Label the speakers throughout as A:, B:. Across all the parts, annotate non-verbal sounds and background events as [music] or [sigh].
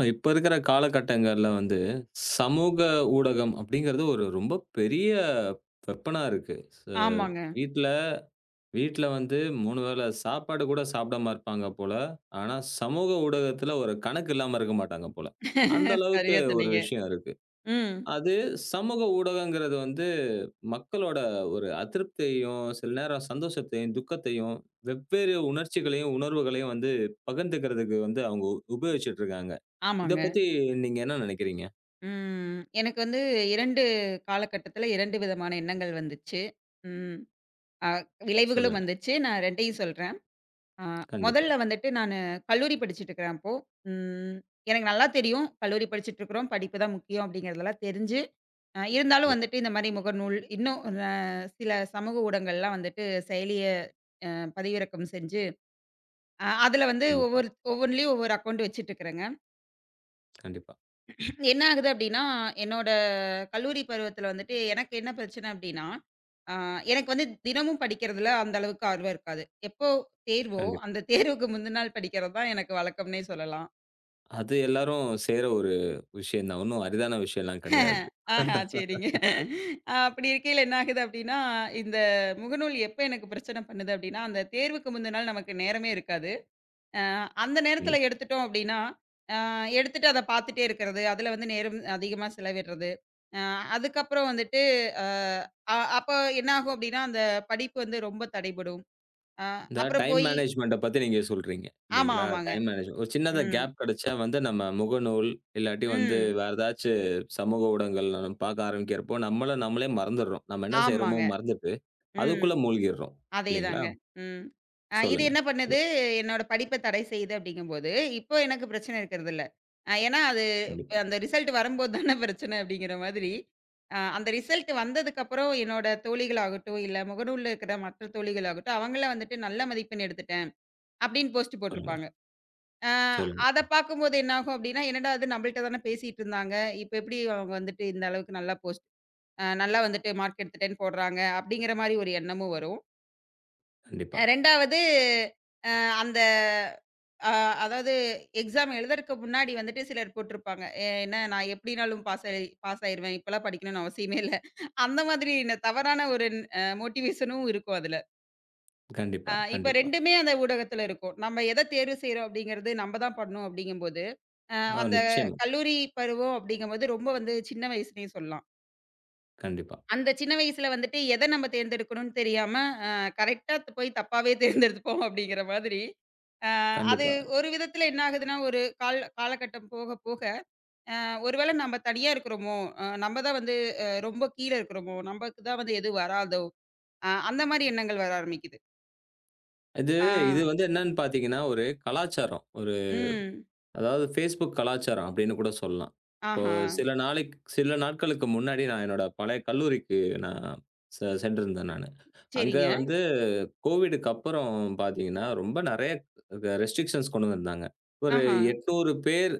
A: இப்ப இருக்கிற காலகட்டங்கள்ல வந்து, சமூக ஊடகம் அப்படிங்கிறது ஒரு ரொம்ப பெரிய வெப்பனா இருக்கு.
B: ஆமாங்க.
A: வீட்ல வீட்ல வந்து 3 வேள சாப்பாடு கூட சாப்பிடாம இருப்பாங்க போல. ஆனா, சமூக ஊடகத்துல ஒரு கணக்கு இல்லாம இருக்க மாட்டாங்க போல. அந்த அளவுக்கு
B: சரியா
A: ஒரு
B: சொன்னீங்க.
A: விஷயம் இருக்கு.
B: ம்.
A: அது சமூக ஊடகங்கிறது வந்து மக்களோட ஒரு அதிருப்தியையும், சில நேரம் சந்தோஷத்தையும், துக்கத்தையும், வெவ்வேறு உணர்ச்சிகளையும், உணர்வுகளையும் வந்து பகிர்ந்துக்கிறதுக்கு வந்து அவங்க உபயோகிச்சுட்டு இருக்காங்க. இத
B: ஆமாங்க.
A: பத்தி நீங்க என்ன நினைக்கிறீங்க?
B: ம். எனக்கு வந்து 2 காலகட்டத்தில 2 விதமான எண்ணங்கள் வந்துச்சு. ம். அ விளைவுகளும்
A: சொல்லுங்க.
B: வந்துச்சு. நான் 2யும் சொல்றேன். அ
A: கண்டிப்பா,
B: முதல்ல வந்துட்டு நானு கல்லூரி படிச்சுட்டு இருக்கிறேன் அப்போ. ம். எனக்கு நல்லா தெரியும். கல்லூரி படிச்சுட்டு இருக்கிறோம். படிப்பு தான் முக்கியம் அப்படிங்கிறதெல்லாம் தெரிஞ்சு, இருந்தாலும்
A: கண்டிப்பா,
B: வந்துட்டு இந்த மாரி முகநூல், இன்னும் அ சில சமூக ஊடகங்கள்லாம் வந்துட்டு செயலிய அ பதிவிறக்கம் செஞ்சு, அதில வந்து
A: கண்டிப்பா,
B: ஒவ்வொன்லயும் ஒவ்வொரு அக்கவுண்ட் வச்சுட்டு இருக்கிறேங்க.
A: கண்டிப்பா,
B: என்ன ஆகுது அப்டின்னா, என்னோட கல்லூரி பருவத்தில வந்துட்டு எனக்கு என்ன பிரச்சனை அப்டின்னா, அ எனக்கு வந்து தினமும் படிக்கிறதுல அந்த அளவுக்கு ஆர்வம் இருக்காது. எப்போ தேர்வோ,
A: கண்டிப்பா.
B: அந்த தேர்வுக்கு முந்தின நாள் படிக்கிறது தான் எனக்கு வழக்கம்னே சொல்லலாம்.
A: அது எல்லாரும் செய்ற ஒரு விஷயம் தான். ஒண்ணும் அரிதான விஷயம்லாம் கிடையாது.
B: [laughs] ஆஹா சரிங்க. அப்படி இருக்கையில என்ன ஆகுது அப்டின்னா, இந்த முகநூல் எப்ப எனக்கு பிரச்சனை பண்ணுது அப்டின்னா, அந்த தேர்வுக்கு முந்தின நாள் நமக்கு நேரமே இருக்காது. அ அந்த நேரத்துல
A: கண்டிப்பா.
B: எடுத்துட்டோம் அப்டின்னா, அ எடுத்துட்டு அத பார்த்துட்டே இருக்கிறது. அதுல வந்து நேரம் அதிகமா செலவிடுறது. அ அதுக்கப்புறம் வந்துட்டு அ அ அப்ப என்ன ஆகும் அப்டின்னா, அந்த படிப்பு வந்து ரொம்ப தடைபடும். அ
A: இந்த
B: அப்புறம்
A: டைம்
B: போயி
A: மேனேஜ்மென்ட்ட பத்தி நீங்க சொல்றீங்க
B: ஆமா,
A: இல்லைங்களா?
B: ஆமாங்க.
A: டைம் மேனேஜ்மென்ட் ஒரு சின்னதா
B: ம்.
A: கேப் கிடைச்சா வந்து நம்ம முகநூல், இல்லாட்டி வந்து
B: ம்.
A: வேற ஏதாச்சு சமூக ஊடகங்கள்ல நம்ம பார்க்க ஆரம்பிக்கிறப்போ, நம்மள நம்மளே மறந்துடுறோம். நம்ம என்ன
B: ஆமாங்க.
A: செய்றோமோ மறந்துட்டு,
B: ம்.
A: அதுக்குள்ள மூழ்கிடுறோம். இல்லைங்களா?
B: அதேதாங்க. ம். இது
A: சொல்லுங்க.
B: என்ன பண்ணுது,
A: சொல்லுங்க.
B: என்னோட படிப்ப தடை செய்யுது அப்படிங்கும்போது, இப்போ எனக்கு பிரச்சனை இருக்கிறதில்ல. ஏன்னா அது
A: கண்டிப்பா.
B: அந்த ரிசல்ட் வரும்போது தானே பிரச்சனை அப்படிங்கிற மாதிரி, அந்த ரிசல்ட் வந்ததுக்கப்புறம் என்னோட தோழிகளாகட்டும், இல்ல முகநூல்ல இருக்கிற மற்ற தோழிகளாகட்டும், அவங்கலாம் வந்துட்டு நல்ல மதிப்பெண் எடுத்துட்டேன் அப்படின்னு போஸ்ட்
A: சொல்லுங்க.
B: போட்டிருப்பாங்க. அ
A: சொல்லுங்க.
B: அத பார்க்கும்போது என்னாகும் அப்படின்னா, என்னடா இது நம்மள்ட்ட தானே பேசிட்டு இருந்தாங்க. இப்ப எப்படி அவங்க வந்துட்டு இந்த அளவுக்கு நல்லா போஸ்ட் நல்லா வந்துட்டு மார்க் எடுத்துட்டேன்னு போடுறாங்க அப்படிங்கிற மாரி ஒரு எண்ணமும் வரும்.
A: கண்டிப்பா.
B: 2வது அ அந்த அ அதாவது எக்ஸாம் எழுதறக்கு முன்னாடி வந்துட்டு சிலர் போட்டிருப்பாங்க. என்ன நான் எப்படினாலும் பாஸ் ஆயிருவேன். இப்பலாம் படிக்கணும்னு அவசியமே இல்ல. அந்த மாதிரி தவறான ஒரு மோட்டிவேஷனும் இருக்கும் அதுல.
A: கண்டிப்பா.
B: இப்ப
A: கண்டிப்பா.
B: 2மே அந்த ஊடகத்துல இருக்கும். நம்ம எத தேர்வு செய்றோம் அப்படிங்கிறது நம்ப தான் பண்ணணும் அப்படிங்கும்போது, அ
A: ஆ
B: அந்த
A: நிச்சயமா.
B: கல்லூரி பருவம் அப்படிங்கும்போது ரொம்ப வந்து சின்ன வயசுனே சொல்லலாம்.
A: கண்டிப்பா.
B: அந்த சின்ன வயசுல வந்துட்டு எத நம்ம தேர்ந்தெடுக்கணும்னு தெரியாம, அ கரெக்ட்டா போய் தப்பாவே தேர்ந்தெடுத்துப்போம் அப்படிங்கிற மாதிரி. அ அது
A: கண்டிப்பா.
B: ஒரு விதத்துல என்ன ஆகுதுன்னா, ஒரு காலகட்டம் போக போக, அ ஒருவேள நம்ம தனியா இருக்கிறோமோ, நம்ம தான் வந்து ரொம்ப கீழ இருக்கிறோமோ, நமக்கு தான் வந்து எதுவும் வராதோ, அந்த மாரி எண்ணங்கள் வர ஆரம்பிக்குது.
A: இது
B: ஆ,
A: இது வந்து என்னன்னு பார்த்தீங்கன்னா, ஒரு கலாச்சாரம். ஒரு
B: ம்.
A: அதாவது Facebook கலாச்சாரம் அப்படின்னு கூட சொல்லலாம். இப்போ
B: ஆஹா.
A: சில நாளைக்கு சில நாட்களுக்கு முன்னாடி நான் என்னோட பழைய கல்லூரிக்கு நான் சென்றிருந்தேன் நானு. அங்க
B: சரிங்க.
A: வந்து கோவிடுக்கு அப்புறம் பார்த்தீங்கன்னா, ரொம்ப நெறைய ரெஸ்ட்ரிக்ஷன்ஸ் கொண்டு வந்தாங்க. ஒரு
B: ஆஹா,
A: 800 பேர்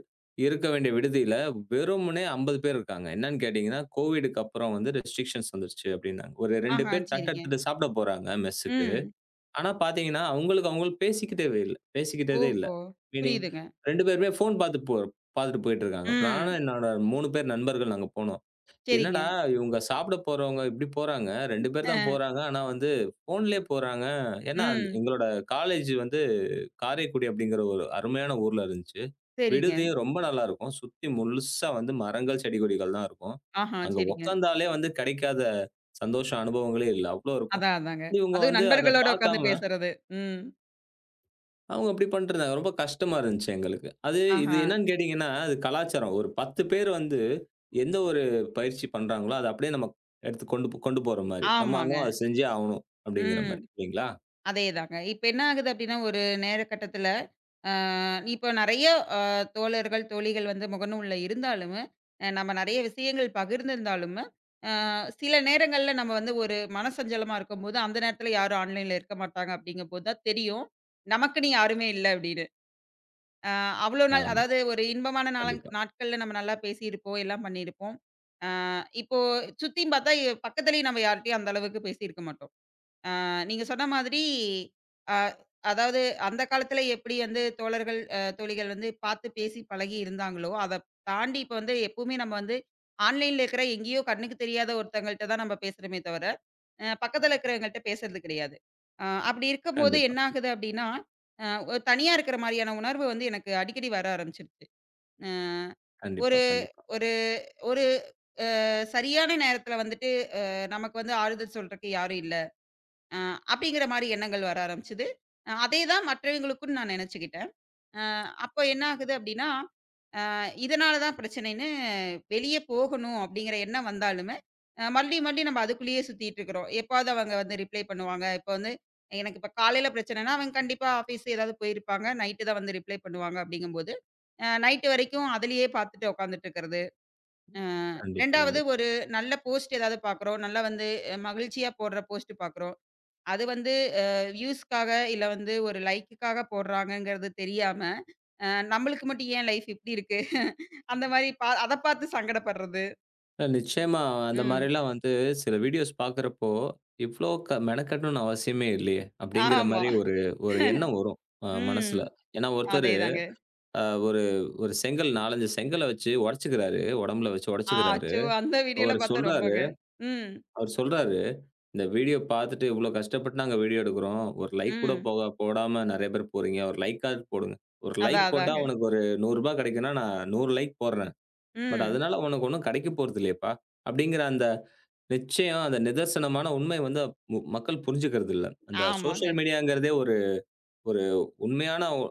A: இருக்க வேண்டிய விடுதியில வெறுமனே 50 பேர் இருக்காங்க. என்னன்னு கேட்டீங்கன்னா, கோவிடுக்கு அப்புறம் வந்து ரெஸ்ட்ரிக்ஷன்ஸ் வந்துருச்சு அப்படின்னாங்க. ஒரு 2
B: ஆஹா.
A: பேர் தட்ட
B: சரிங்க.
A: எடுத்துட்டு சாப்பிட போறாங்க மெஸ்ஸுக்கு.
B: ம்.
A: ஆனா பாத்தீங்கன்னா, அவங்களுக்கு அவங்க பேசிக்கிட்டவே இல்ல. பேசிக்கிட்டதே இல்ல.
B: ஓஹோ!
A: மீனிங்
B: புரியுதுங்க.
A: 2 பேருமே ஃபோன் பாத்து பாத்துட்டு போயிட்டு இருக்காங்க. இப்ப
B: ம்.
A: நானும் என்னோட 3 பேர் நண்பர்கள் நாங்க போனோம். என்னடா
B: சரிங்க.
A: இவங்க சாப்பிட போறவங்க இப்படி போறாங்க. 2 பேர் தான்
B: அ,
A: போறாங்க. ஆனா வந்து ஃபோன்லயே போறாங்க. ஏன்னா
B: ம்.
A: எங்களோட காலேஜ் வந்து காரைக்குடி அப்படிங்கிற ஒரு அருமையான ஊர்ல இருந்துச்சு.
B: சரிங்க.
A: விடுதியும் ரொம்ப நல்லா இருக்கும். சுத்தி முழுசா வந்து மரங்கள், செடி கொடிகள் தான் இருக்கும்.
B: ஆஹா,
A: அங்க
B: சரிங்க.
A: உக்காந்தாலே வந்து கிடைக்காத சந்தோஷம், அனுபவங்களே இல்ல. அவ்ளோ இருக்கும்.
B: அதான், அதாங்க.
A: இவங்க
B: அதுவும்
A: வந்து அத
B: நண்பர்களோட உட்காந்து
A: பாக்காம
B: பேசுறது. ம்.
A: அவங்க அப்படி பண்ட்டுருந்தாங்க. ரொம்ப கஷ்டமா இருந்துச்சு எங்களுக்கு. அது இது
B: ஆஹா.
A: என்னன்னு கேட்டீங்கன்னா, அது கலாச்சாரம். ஒரு 10 பேர் வந்து எந்த ஒரு பயிற்சி பண்றாங்களோ, அத அப்படியே நம்ம எடுத்து கொண்டு போற மாரி.
B: ஆமாங்க.
A: நம்மாலும் அத செஞ்சே ஆவணும் அப்படிங்கிற
B: ம்.
A: மாரி. இல்லைங்களா?
B: அதேதாங்க. இப்ப என்ன ஆகுது அப்டின்னா, ஒரு நேர கட்டத்துல, அ இப்ப நெறைய அ தோழர்கள், தோழிகள் வந்து முகநூல்ல இருந்தாலும், நம்ம நெறைய விஷயங்கள் பகிர்ந்திருந்தாலும், அ சில நேரங்கள்ல நம்ம வந்து ஒரு மனசஞ்சலமா இருக்கும்போது, அந்த நேரத்துல யாரும் ஆன்லைன்ல இருக்க மாட்டாங்க அப்டிங்கும்போது தான் தெரியும். நமக்குன்னு யாருமே இல்ல அப்டின்னு. அ அவ்ளோ நாள்
A: ஆமா.
B: அதாவது ஒரு இன்பமான
A: கண்டிப்பா.
B: நாட்கள்ல நம்ம நல்லா பேசியிருப்போம், எல்லாம் பண்ணியிருப்போம். அ இப்போ சுத்தியும் பார்த்தா பக்கத்திலேயும் நம்ம யார்ட்டயும் அந்த அளவுக்கு பேசியிருக்க மாட்டோம். அ நீங்க சொன்ன மாதிரி அ அதாவது அந்த காலத்துல எப்படி வந்து தோழர்கள், தோழிகள் வந்து பார்த்து பேசி பழகி இருந்தாங்களோ, அத தாண்டி இப்ப வந்து எப்பவுமே நம்ம வந்து ஆன்லைன்ல இருக்கிற எங்கேயோ கண்ணுக்கு தெரியாத ஒருத்தங்கள்ட்ட தான் நம்ம பேசுறோமே தவிர பக்கத்துல இருக்கிறவங்கள்ட்ட பேசுறது கிடையாது. அப்படி இருக்கும்போது
A: கண்டிப்பா.
B: என்ன ஆகுது அப்படின்னா, ஒரு தனியா இருக்கிற மாரியான உணர்வு வந்து எனக்கு அடிக்கடி வர ஆரம்பிச்சுருச்சு. அ
A: கண்டிப்பா,
B: ஒரு
A: கண்டிப்பா.
B: ஒரு ஒரு சரியான நேரத்துல வந்துட்டு நமக்கு வந்து ஆறுதல் சொல்றக்கு யாரும் இல்ல. அ அப்படிங்கிற மாரி எண்ணங்கள் வர ஆரம்பிச்சது. அதே தான் மற்றவங்களுக்கும் நான் நெனச்சுக்கிட்டேன். அ அப்போ என்ன ஆகுது அப்படின்னா இதனால தான் பிரச்சனைன்னு வெளியே போகணும் அப்படிங்கிற எண்ணம் வந்தாலுமே, மறுபடியும் மறுபடியும் நம்ம அதுக்குள்ளேயே சுத்திட்டு இருக்கிறோம். எப்பாவது அவங்க வந்து ரிப்ளை பண்ணுவாங்க. இப்ப வந்து எனக்கு இப்ப காலையில பிரச்சனைன்னா, அவங்க கண்டிப்பா ஆஃபீஸ் ஏதாவது போயிருப்பாங்க. நைட்டு தான் வந்து ரிப்ளை பண்ணுவாங்க அப்படிங்கும்போது, நைட்டு வரைக்கும் அதிலேயே பார்த்துட்டு உட்காந்துட்டு இருக்கிறது. அ
A: கண்டிப்பா,
B: 2வது
A: கண்டிப்பா.
B: ஒரு நல்ல போஸ்ட் ஏதாவது பார்க்குறோம். நல்லா வந்து மகிழ்ச்சியா போடுற போஸ்ட் பார்க்குறோம். அது வந்து அ வியூஸ்க்காக இல்ல வந்து ஒரு லைக்குக்காக போடுறாங்கங்கிறது தெரியாம, நம்மளுக்கு மட்டும் ஏன் லைஃப் இப்படி இருக்கு? [laughs] அந்த மாரி அத பார்த்து சங்கடப்படுறது.
A: அ நிச்சயமா அந்த
B: ம்.
A: மாரிலாம் வந்து சில வீடியோஸ் பார்க்குறப்போ, இவ்ளோ மெனக்கெடணும்னு அவசியமே இல்லையே! அப்படிங்கிற
B: ஆமா.
A: மாரி ஒரு ஒரு எண்ணம் வரும் அ
B: ம்.
A: மனசுல. ஏன்னா ஒருத்தர்
B: அதேதாங்க.
A: அ ஒரு ஒரு செங்கல் 4, 5 செங்கல வச்சு உடைச்சுக்கிறாரு. உடம்புல வச்சு
B: ஆ,
A: உடைச்சுக்கிறாரு.
B: அச்சோ! அந்த வீடியோலாம்
A: அவரு
B: பார்த்தா
A: சொல்றாரு
B: ரொம்பங்க. ம்.
A: அவரு சொல்றாரு, "இந்த வீடியோ பார்த்துட்டு இவ்ளோ கஷ்டப்பட்டு நாங்க வீடியோ எடுக்குறோம். ஒரு லைக் கூட
B: ம்.
A: போக போடாம நெறைய பேர் போறீங்க. ஒரு லைக்காவது போடுங்க. ஒரு லைக்
B: அதான்,
A: போட்டா
B: அதாங்க.
A: உனக்கு ஒரு ரூ. 100 கிடைக்கும்னா, நான் 100 லைக் போடுறேன். பட்
B: ம்.
A: அதனால உனக்கு ஒண்ணும் கிடைக்க போறது இல்லையேப்பா!" அப்படிங்கிற அந்த நிச்சயம், அந்த நிதர்சனமான உண்மை வந்து மக்கள் புரிஞ்சுக்கிறது இல்ல. அந்த
B: ஆமாங்க.
A: சோசியல் மீடியாங்கிறதே ஒரு ஒரு உண்மையான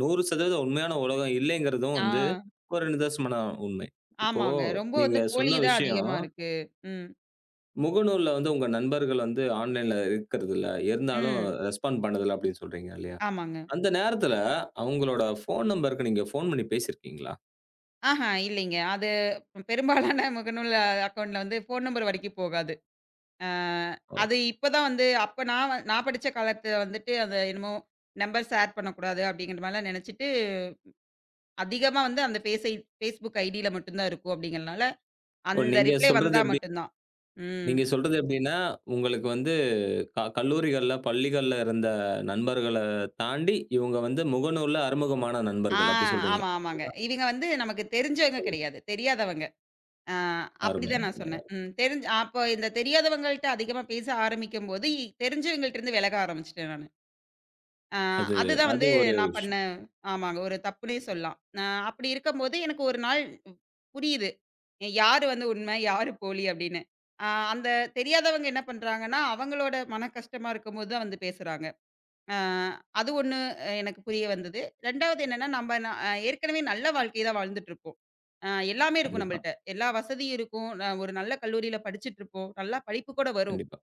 A: 100% உண்மையான உலகம் இல்லைங்கிறதும் வந்து
B: ஆ.
A: ஒரு நிதர்சனமான உண்மை. இப்போ
B: ஆமாங்க. ரொம்ப
A: நீங்க
B: வந்து போலி
A: சொன்ன
B: தான்
A: விஷயம்,
B: அதிகமா இருக்கு. ம்.
A: முகநூல்ல வந்து உங்க நண்பர்கள் வந்து ஆன்லைன்ல இருக்கிறதில்ல, இருந்தாலும்
B: ம்.
A: ரெஸ்பாண்ட் பண்ணதில்ல அப்படின்னு சொல்றீங்க இல்லையா?
B: ஆமாங்க.
A: அந்த நேரத்தில அவங்களோட ஃபோன் நம்பருக்கு நீங்க ஃபோன் பண்ணி பேசியிருக்கீங்களா?
B: ஆஹா இல்லைங்க. அது பெரும்பாலான முகநூல் அக்கவுண்ட்ல வந்து ஃபோன் நம்பர் வரைக்கும் போகாது. அ
A: ஓ!
B: அது இப்பதான் வந்து அப்ப நான் படிச்ச காலத்துல வந்துட்டு, அத என்னமோ நம்பர் ஷேர் பண்ணக்கூடாது அப்படிங்கிற மாரிலாம் நெனச்சுட்டு, அதிகமா வந்து அந்த ஃபேஸை Facebook ஐடியில மட்டும் தான் இருக்கும் அப்படிங்கிறனால,
A: ஓ
B: அந்த
A: நீங்க
B: ரிப்ளை
A: சொல்றது
B: வந்தா
A: எப்படி
B: மட்டும் தான். ம்.
A: நீங்க சொல்றது எப்படின்னா, உங்களுக்கு வந்து கல்லூரிகள்ல, பள்ளிகள்ல இருந்த நண்பர்கள தாண்டி, இவங்க வந்து முகநூல்ல அறிமுகமான
B: ஆ
A: நண்பர்கள் அப்படி சொல்றீங்க.
B: ஆமா, ஆமாங்க. இவங்க வந்து நமக்கு தெரிஞ்சவங்க கெடையாது. தெரியாதவங்க. ஆ
A: அருமை,
B: அப்படிதான் நான்
A: அருமை.
B: சொன்னேன். ம். தெரிஞ்சு அப்போ இந்த தெரியாதவங்கள்ட்ட அதிகமா பேச ஆரம்பிக்கும்போது, தெரிஞ்சவங்கள்ட்ட இருந்து விலக ஆரம்பிச்சுட்டேன் நானு. அ
A: அது
B: அதுதான்
A: அது
B: வந்து
A: ஒரு
B: நான் பண்ண
A: விஷயம்.
B: ஆமாங்க. ஒரு தப்புன்னே சொல்லலாம். அப்படி இருக்கும்போது எனக்கு ஒரு நாள் புரியுது. யாரு வந்து உண்மை, யாரு போலி அப்படின்னு. அ அந்த தெரியாதவங்க என்ன பண்றாங்கன்னா, அவங்களோட மன கஷ்டமா இருக்கும்போது தான் வந்து பேசுறாங்க. அ அது ஒண்ணு எனக்கு புரிய வந்தது. 2வது என்னன்னா, நம்ம ந ஏற்கனவே நல்ல வாழ்க்கை தான் வாழ்ந்துட்டுருப்போம். எல்லாமே இருக்கும்
A: கண்டிப்பா,
B: நம்மள்ட்ட. எல்லா வசதியும் இருக்கும். ஒரு நல்ல கல்லூரியில படிச்சுட்டுருப்போம். நல்லா படிப்பு கூட வரும்.
A: கண்டிப்பா,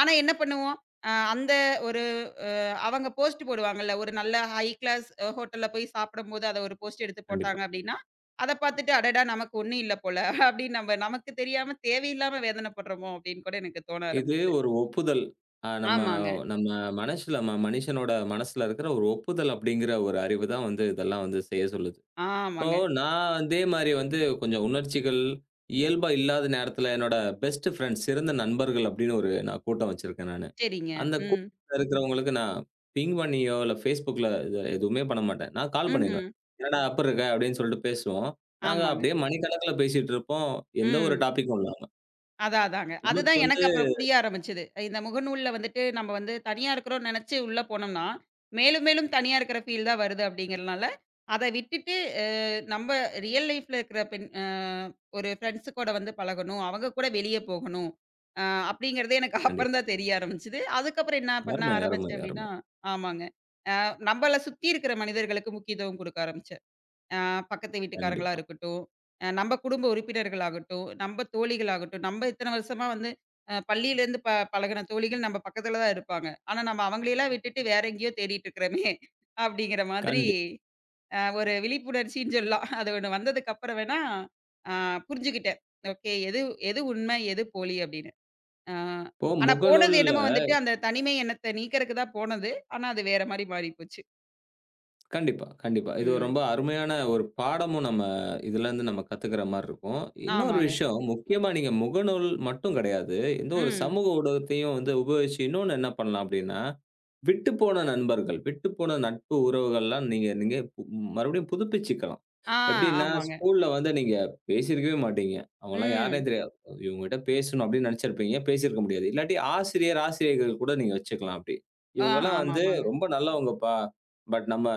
B: ஆனா என்ன பண்ணுவோம்? அ அந்த ஒரு அ அவங்க போஸ்ட் போடுவாங்கல்ல, ஒரு நல்ல ஹை கிளாஸ் ஹோட்டல்ல போய் சாப்பிடும்போது, அத ஒரு போஸ்ட் எடுத்து
A: கண்டிப்பா.
B: போட்டாங்க அப்டின்னா, அத பாத்துட்டு "அடடா! நமக்கு ஒண்ணும் இல்ல போல" அப்டின்னு நம்ம நமக்கு தெரியாம தேவையில்லாம வேதனைப்படுறோமோ! அப்டின்னு கூட எனக்கு தோண
A: இது
B: ஆரம்பிச்சது.
A: ஒரு ஒப்புதல். அ நம்ம
B: ஆமாங்க.
A: நம்ம மனசுல மனிஷனோட மனசுல இருக்கிற ஒரு ஒப்புதல் அப்படிங்கிற ஒரு அறிவு தான் வந்து இதெல்லாம் வந்து செய்ய சொல்லுது. இப்போ
B: ஆமாங்க.
A: நான் அதே மாரி வந்து கொஞ்சம் உணர்ச்சிகள் இயல்பா இல்லாத நேரத்தில என்னோட பெஸ்ட் ஃபிரெண்ட்ஸ், சிறந்த நண்பர்கள் அப்படின்னு ஒரு நான் கூட்டம் வச்சிருக்கேன் நானு.
B: சரிங்க.
A: அந்த
B: ம்.
A: கூட்டத்துல இருக்கிறவங்களுக்கு நான் பிங் பண்ணியோ, இல்ல Facebookல இது எதுவுமே பண்ண மாட்டேன். நான் கால்
B: ம்ஹ்ம்.
A: பண்ணிருவேன். "என்னடா எப்புடி இருக்க?" அப்படின்னு சொல்லிட்டு பேசுவோம். நாங்க
B: ஆமாங்க.
A: அப்படியே மணிக்கணக்குல பேசிட்டு இருப்போம். எந்த ஒரு
B: ம்.
A: டாபிக்கும் இல்லாம.
B: அதான் அதாங்க.
A: நமக்கு
B: அதுதான் எனக்கு
A: வந்து
B: அப்புறம் புரிய ஆரம்பிச்சது. இந்த முகநூல்ல வந்துட்டு நம்ம வந்து தனியா இருக்கிறோம்னு நெனச்சு உள்ள போனோம்னா, மேலும் மேலும் தனியா இருக்கிற ஃபீல் தான் வருது அப்படிங்கிறனால, அத விட்டுட்டு அ நம்ம ரியல் லைஃப்ல இருக்கிற பெண் அ ஒரு ஃப்ரெண்ட்ஸ் கூட வந்து பழகணும். அவங்க கூட வெளிய போகணும். அ அப்படிங்கிறதே எனக்கு அப்புறம்
A: கண்டிப்பா.
B: தான் தெரிய ஆரம்பிச்சது. அதுக்கப்புறம் என்ன பண்ண
A: அருமை, அருமை,
B: ஆரம்பிச்சேன் அப்படின்னா
A: அருமை.
B: ஆமாங்க. அ நம்மள சுத்தி இருக்கிற மனிதர்களுக்கு முக்கியத்துவம் குடுக்க ஆரம்பிச்சேன். அ பக்கத்து வீட்டுக்காரங்களா
A: கண்டிப்பா,
B: இருக்கட்டும், நம்ப குடும்ப உறுப்பினர்களாகட்டும், நம்ப தோழிகளாகட்டும், நம்ப இத்தன வருஷமா வந்து பள்ளியிலேருந்து பழகுன தோழிகள் நம்ப பக்கத்துல தான் இருப்பாங்க. ஆனா, நம்ம அவங்களையெல்லாம் விட்டுட்டு வேற எங்கேயோ தேடிட்டு இருக்கிறோமே! [laughs] அப்படிங்கிற மாதிரி
A: கண்டிப்பா.
B: ஒரு விழிப்புணர்ச்சின்னு சொல்லலாம். அது ஒண்ணு வந்ததுக்கப்புறம் வேணா அ புரிஞ்சுக்கிட்டேன். ஓகே. எது எது உண்மை? எது போலி? அப்படின்னு. அ
A: இப்போ
B: ஆனா போனது
A: முகநூல்ல
B: என்னமோ வந்துட்டு அந்த தனிமை எண்ணத்த நீக்கறக்கு தான் போனது. ஆனா, அது வேற மாரி மாறிப்போச்சு.
A: கண்டிப்பா, கண்டிப்பா. இது ஒரு
B: ம்.
A: ரொம்ப அருமையான ஒரு பாடமும் நம்ம இதுலருந்து நம்ம கத்துக்கிற மாரி இருக்கும். இன்னொரு
B: ஆமாங்க.
A: விஷயம், முக்கியமா நீங்க முகநூல் மட்டும் கிடையாது. எந்த ஒரு
B: ம்.
A: சமூக ஊடகத்தையும் வந்து உபயோகிச்சு இன்னொன்னு என்ன பண்ணலாம் அப்டின்னா, விட்டுப்போன நண்பர்கள், விட்டுப்போன நட்பு உறவுகள்லாம் நீங்க நீங்க மறுபடியும் புதுப்பிச்சுக்கலாம்.
B: ஆ
A: எப்டின்னா,
B: ஆமாங்க.
A: ஸ்கூல்ல வந்து நீங்க பேசியிருக்கவே மாட்டீங்க. அவங்கலாம் யாருன்னே
B: ம்.
A: தெரியாது. இவங்ககிட்ட பேசணும் அப்டின்னு நெனச்சிருப்பீங்க. பேசியிருக்க முடியாது. இல்லாட்டி ஆசிரியர், ஆசிரியைகள் கூட நீங்க வச்சுக்கலாம் அப்டி.
B: ஆ
A: இவங்கலாம் வந்து
B: ஆமாமாங்க.
A: ரொம்ப நல்லவங்கப்பா. பட் நம்ம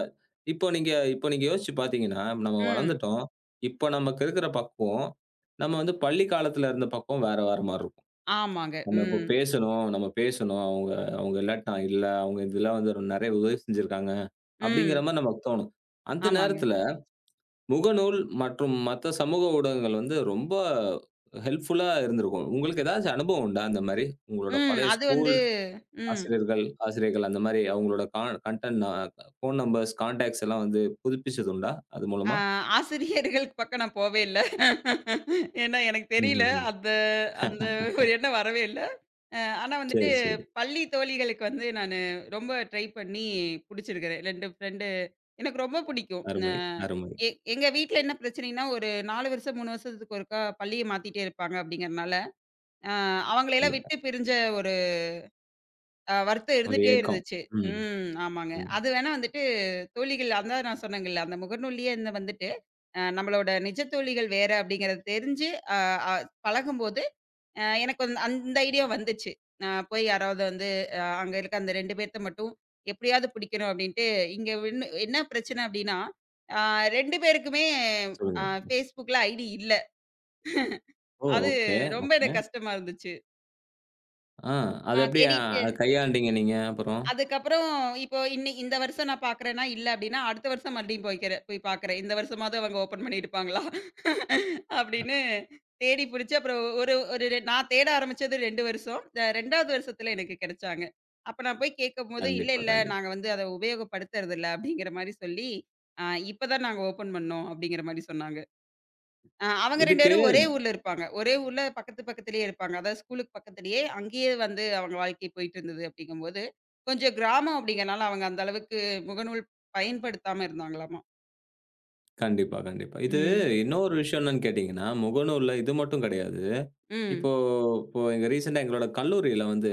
A: இப்போ நீங்க யோசிச்சு பார்த்தீங்கன்னா, நம்ம
B: ம்.
A: வளர்ந்துட்டோம். இப்போ நமக்கு இருக்கிற பக்குவம், நம்ம வந்து பள்ளி காலத்துல இருந்த பக்குவம் வேற வேற மாரி இருக்கும்.
B: ஆமாங்க.
A: நம்ம இப்போ
B: ம்.
A: பேசணும், நம்ம பேசணும். அவங்க அவங்க இல்லாட்டா இல்ல, அவங்க இதெல்லாம் வந்து நெறைய உதவி செஞ்சிருக்காங்க. அப்படிங்கிற
B: ம்.
A: மாரி நமக்கு தோணும். அந்த
B: ஆமாங்க.
A: நேரத்துல முகநூல் மற்றும் மத்த சமூக ஊடகங்கள் வந்து ரொம்ப ஹெல்ப்ஃபுல்லா இருந்திருக்கும். உங்களுக்கு ஏதாச்சும் அனுபவம் உண்டா அந்த மாரி? உங்களோட
B: ம்.
A: பழைய
B: அது வந்து
A: ஸ்கூல்
B: ம்.
A: ஆசிரியர்கள், ஆசிரியைகள் அந்த மாரி அவங்களோட கன்டென்ட், ஃபோன் நம்பர்ஸ், கான்டாக்ட்ஸ் எல்லாம் வந்து புதுப்பிச்சது உண்டா? அது
B: ஆ
A: மூலமா?
B: ஆசிரியர்களுக்கு பக்கம் நான் போவே இல்ல. ஏன்னா எனக்கு தெரியல.
A: ம்ஹ்ஹ்ம்.
B: அந்த அந்த ஒரு எண்ணம் வரவே இல்ல. ஆனா வந்துட்டு
A: சரி, சரி.
B: பள்ளி தோழிகளுக்கு வந்து நானு ரொம்ப ட்ரை பண்ணி புடிச்சிருக்கிறேன். 2 ஃப்ரெண்டு எனக்கு ரொம்ப பிடிக்கும். அ
A: அருமை, அருமை.
B: எ எங்க வீட்ல என்ன பிரச்சனைன்னா, ஒரு 4 வருஷம், 3 வருஷத்துக்கு ஒருக்கா பள்ளிய மாத்திட்டே இருப்பாங்க அப்படிங்கிறனால, அ அவங்களையெல்லாம்
A: கண்டிப்பா.
B: விட்டு பிரிஞ்ச ஒரு அ வருத்தம்
A: ஒரு
B: இருந்துட்டே
A: ஏக்கம்.
B: இருந்துச்சு.
A: ம்,
B: ம். ஆமாங்க.
A: ம்.
B: அது வேணா வந்துட்டு தோழிகள் அதான் நான் சொன்னேங்கல்ல, அந்த முகநூலியே இந்த வந்துட்டு, நம்மளோட நிஜ தோழிகள் வேற அப்படிங்கிறது தெரிஞ்சு, அ அ பழகும்போது, எனக்கு வந்து அந்த ஐடியா வந்துச்சு. போய் யாராவது வந்து அங்க இருக்க அந்த 2 பேத்த மட்டும் எப்படியாவது பிடிக்கணும் அப்படின்ட்டு, இங்க என்ன என்ன பிரச்சனை அப்படின்னா, அ 2 பேருக்குமே அ
A: சொல்லுங்க.
B: Facebookல ஐடி இல்ல.
A: ஓ!
B: அது
A: ஓகே,
B: ரொம்ப
A: ஓகே.
B: எனக்கு கஷ்டமா இருந்துச்சு.
A: ஆ அத
B: நான்
A: எப்படி அ
B: தேடிட்டு
A: கையாண்டீங்க நீங்க அப்புறம்?
B: அதுக்கப்புறம் இப்போ இன்னை இந்த வருஷம் நான் பார்க்குறேன்னா இல்ல அப்படின்னா, அடுத்த வருஷம் மறுபடியும் போய்க்கிறேன் போய் பார்க்குறேன். இந்த வருஷமாவது அவங்க ஓப்பன் பண்ணியிருப்பாங்களா? [laughs] அப்படின்னு தேடி புடிச்சு அப்புறம் ஒரு ஒரு ரெ- நான் தேட ஆரம்பிச்சது 2 வருஷம். 2வது வருஷத்துல எனக்கு கிடைச்சாங்க. அப்ப நான் போய் கேட்கும்போது, "இல்ல,
A: கண்டிப்பா,
B: இல்ல
A: கண்டிப்பா.
B: நாங்க வந்து அத உபயோகப்படுத்துறதில்ல." அப்படிங்கிற மாரி சொல்லி, "அ இப்ப தான் நாங்க ஓப்பன் பண்ணோம்." அப்படிங்கிற மாரி சொன்னாங்க. அவங்க 2
A: இதுக்கு
B: பேரும் ஒரே ஊர்ல இருப்பாங்க. ஒரே ஊர்ல பக்கத்து பக்கத்திலேயே இருப்பாங்க. அதாவது ஸ்கூலுக்கு பக்கத்திலேயே அங்கேயே வந்து அவங்க வாழ்க்கை போயிட்டு இருந்தது அப்படிங்கும்போது, கொஞ்சம் கிராமம் அப்படிங்கிறனால அவங்க அந்த அளவுக்கு முகநூல் பயன்படுத்தாம இருந்தாங்களாமா.
A: கண்டிப்பா, கண்டிப்பா. இது
B: ம்.
A: இன்னொரு விஷயம் என்னன்னு கேட்டீங்கன்னா, முகநூல்ல இது மட்டும் கிடையாது. இப்போ
B: ம்.
A: இப்போ எங்க ரீசென்ட்டா எங்களோட கல்லூரியில வந்து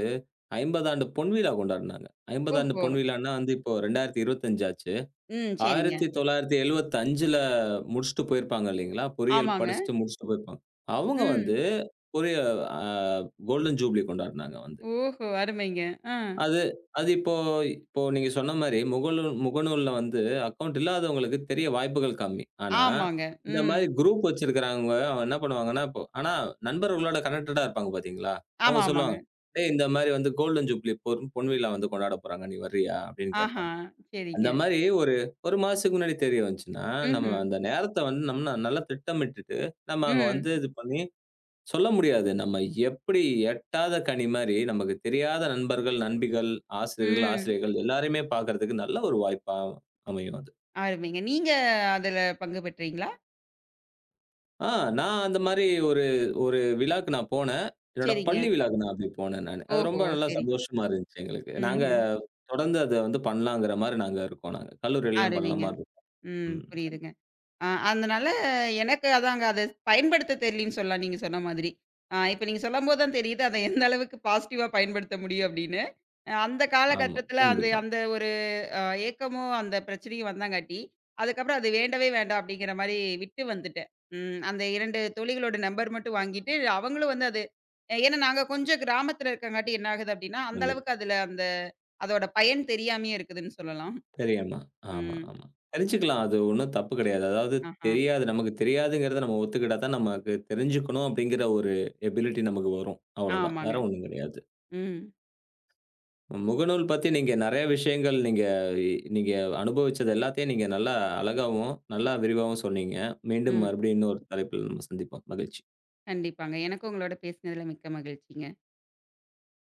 A: 50 ஆண்டு பொன்விழா கொண்டாடுனாங்க. 50 ஆண்டு
B: ஓஹோ!
A: பொன்விழான்னா வந்து இப்போ 2025 ஆச்சு.
B: ம். சரிங்க.
A: 1975ல முடிச்சுட்டு போயிருப்பாங்க இல்லைங்களா? பொறியியல்
B: ஆமாங்க.
A: படிச்சுட்டு முடிச்சுட்டு போயிருப்பாங்க. அவங்க
B: ம்.
A: வந்து பொரிய அ கோல்டன் ஜூப்ளி கொண்டாடுனாங்க வந்து.
B: ஓஹோ! அருமைங்க. ஆ.
A: அது அது இப்போ இப்போ நீங்க சொன்ன மாரி முகநூல் முகநூல்ல வந்து அக்கவுண்ட் இல்லாதவங்களுக்கு தெரிய வாய்ப்புகள் கம்மி. ஆனா,
B: ஆமாங்க.
A: இந்த
B: ம்.
A: மாரி குரூப் வச்சிருக்கிறவங்க அவன் என்ன பண்ணுவாங்கன்னா, இப்போ ஆனா நண்பர்களோட கனெக்டடா இருப்பாங்க பார்த்தீங்களா?
B: ஆமா,
A: அவங்க
B: ஆமாங்க.
A: சொல்லுவாங்க, "டேய் இந்த மாரி வந்து கோல்டன் ஜூப்ளி பொன்விழா வந்து கொண்டாட போறாங்க. நீ வர்றியா?" அப்படின்னு
B: ஆஹா.
A: கேட்பாங்க.
B: சரிங்க.
A: அந்த மாரி ஒரு 1 மாசத்துக்கு முன்னாடி தெரிய வந்துச்சுன்னா, நம்ம
B: ம்ஹ்ம்.
A: அந்த நேரத்த வந்து நம்ம நல்லா திட்டமிட்டுட்டு, நம்ம அங்க
B: ம்.
A: வந்து இது பண்ணி சொல்ல முடியாது. நம்ம எப்படி எட்டாத கனி மாரி நமக்கு தெரியாத நண்பர்கள், நண்பிகள், ஆசிரியர்கள்,
B: ம்.
A: ஆசிரியைகள் எல்லாரையுமே பார்க்கறதுக்கு நல்ல ஒரு வாய்ப்பா அமையும் அது.
B: அருமைங்க. நீங்க அதுல பங்கு பெற்றீங்களா?
A: ஆ நான் அந்த மாரி ஒரு ஒரு விழாக்கு நான் போனேன். என்னோட
B: சரிங்க.
A: பள்ளி விழாக்கு நான் அப்படி போனேன் நானு. அது
B: ஓஹோ!
A: ரொம்ப நல்லா
B: சரிங்க.
A: சந்தோஷமா இருந்துச்சு எங்களுக்கு. நாங்க
B: ம்ஹ்ம்.
A: தொடர்ந்து அத வந்து பண்ணலாங்கிற மாரி நாங்க இருக்கோம் நாங்க. கல்லூரிலலாம்
B: அருமைங்க.
A: பண்ணலாமா இருக்கும்.
B: ம்.
A: ம்.
B: புரியுதுங்க. அதனால எனக்கு அதாங்க அத பயன்படுத்த தெரியலன்னு சொல்லலாம், நீங்க சொன்ன மாதிரி. இப்ப நீங்க சொல்லும்போது தான் தெரியுது, அத எந்த அளவுக்கு பாசிட்டிவா பயன்படுத்த முடியும் அப்படின்னு. அ அந்த
A: ஆமா.
B: காலகட்டத்தில அந்த
A: கண்டிப்பா,
B: அந்த ஒரு அ ஏக்கமும், அந்த பிரச்சனையும் வந்தாங்காட்டி, அதுக்கப்புறம் அது வேண்டவே வேண்டாம் அப்படிங்கிற மாரி விட்டு வந்துட்டேன். ம். அந்த 2 தோழிகளோட நம்பர் மட்டும் வாங்கிட்டு, அவங்களும் வந்து அது ஏன்னா நாங்க கொஞ்சம் கிராமத்தில இருக்கங்காட்டி என்ன ஆகுது அப்படின்னா, அந்த அளவுக்கு
A: கண்டிப்பா.
B: அதில அந்த அதோட பயன் தெரியாமயே இருக்குதுன்னு சொல்லலாம்.
A: தெரியாம. ஆமா,
B: ம்.
A: ஆமா. தெரிஞ்சுக்கலாம். அது ஒண்ணும் தப்பு கிடையாது. அதாவது
B: ஆஹா.
A: தெரியாது. நமக்கு தெரியாதுங்கிறத நம்ம ஒத்துக்கிட்டா தான் நமக்கு தெரிஞ்சுக்கணும் அப்படிங்கிற ஒரு எபிலிட்டி நமக்கு வரும். அவ்வளோதான்.
B: ஆமாங்க.
A: வேற ஒண்ணும் கிடையாது.
B: ம்.
A: முகநூல் பத்தி நீங்க நெறைய விஷயங்கள் நீங்க நீங்க அனுபவிச்சது எல்லாத்தையும் நீங்க நல்லா அழகாவும், நல்லா விரிவாவும் சொன்னீங்க. மீண்டும்
B: ம்.
A: மறுபடியும் இன்னொரு தலைப்பில் நம்ம சந்திப்போம். மகிழ்ச்சி.
B: கண்டிப்பாங்க. எனக்கும் உங்களோட பேசினதுல மிக்க மகிழ்ச்சிங்க.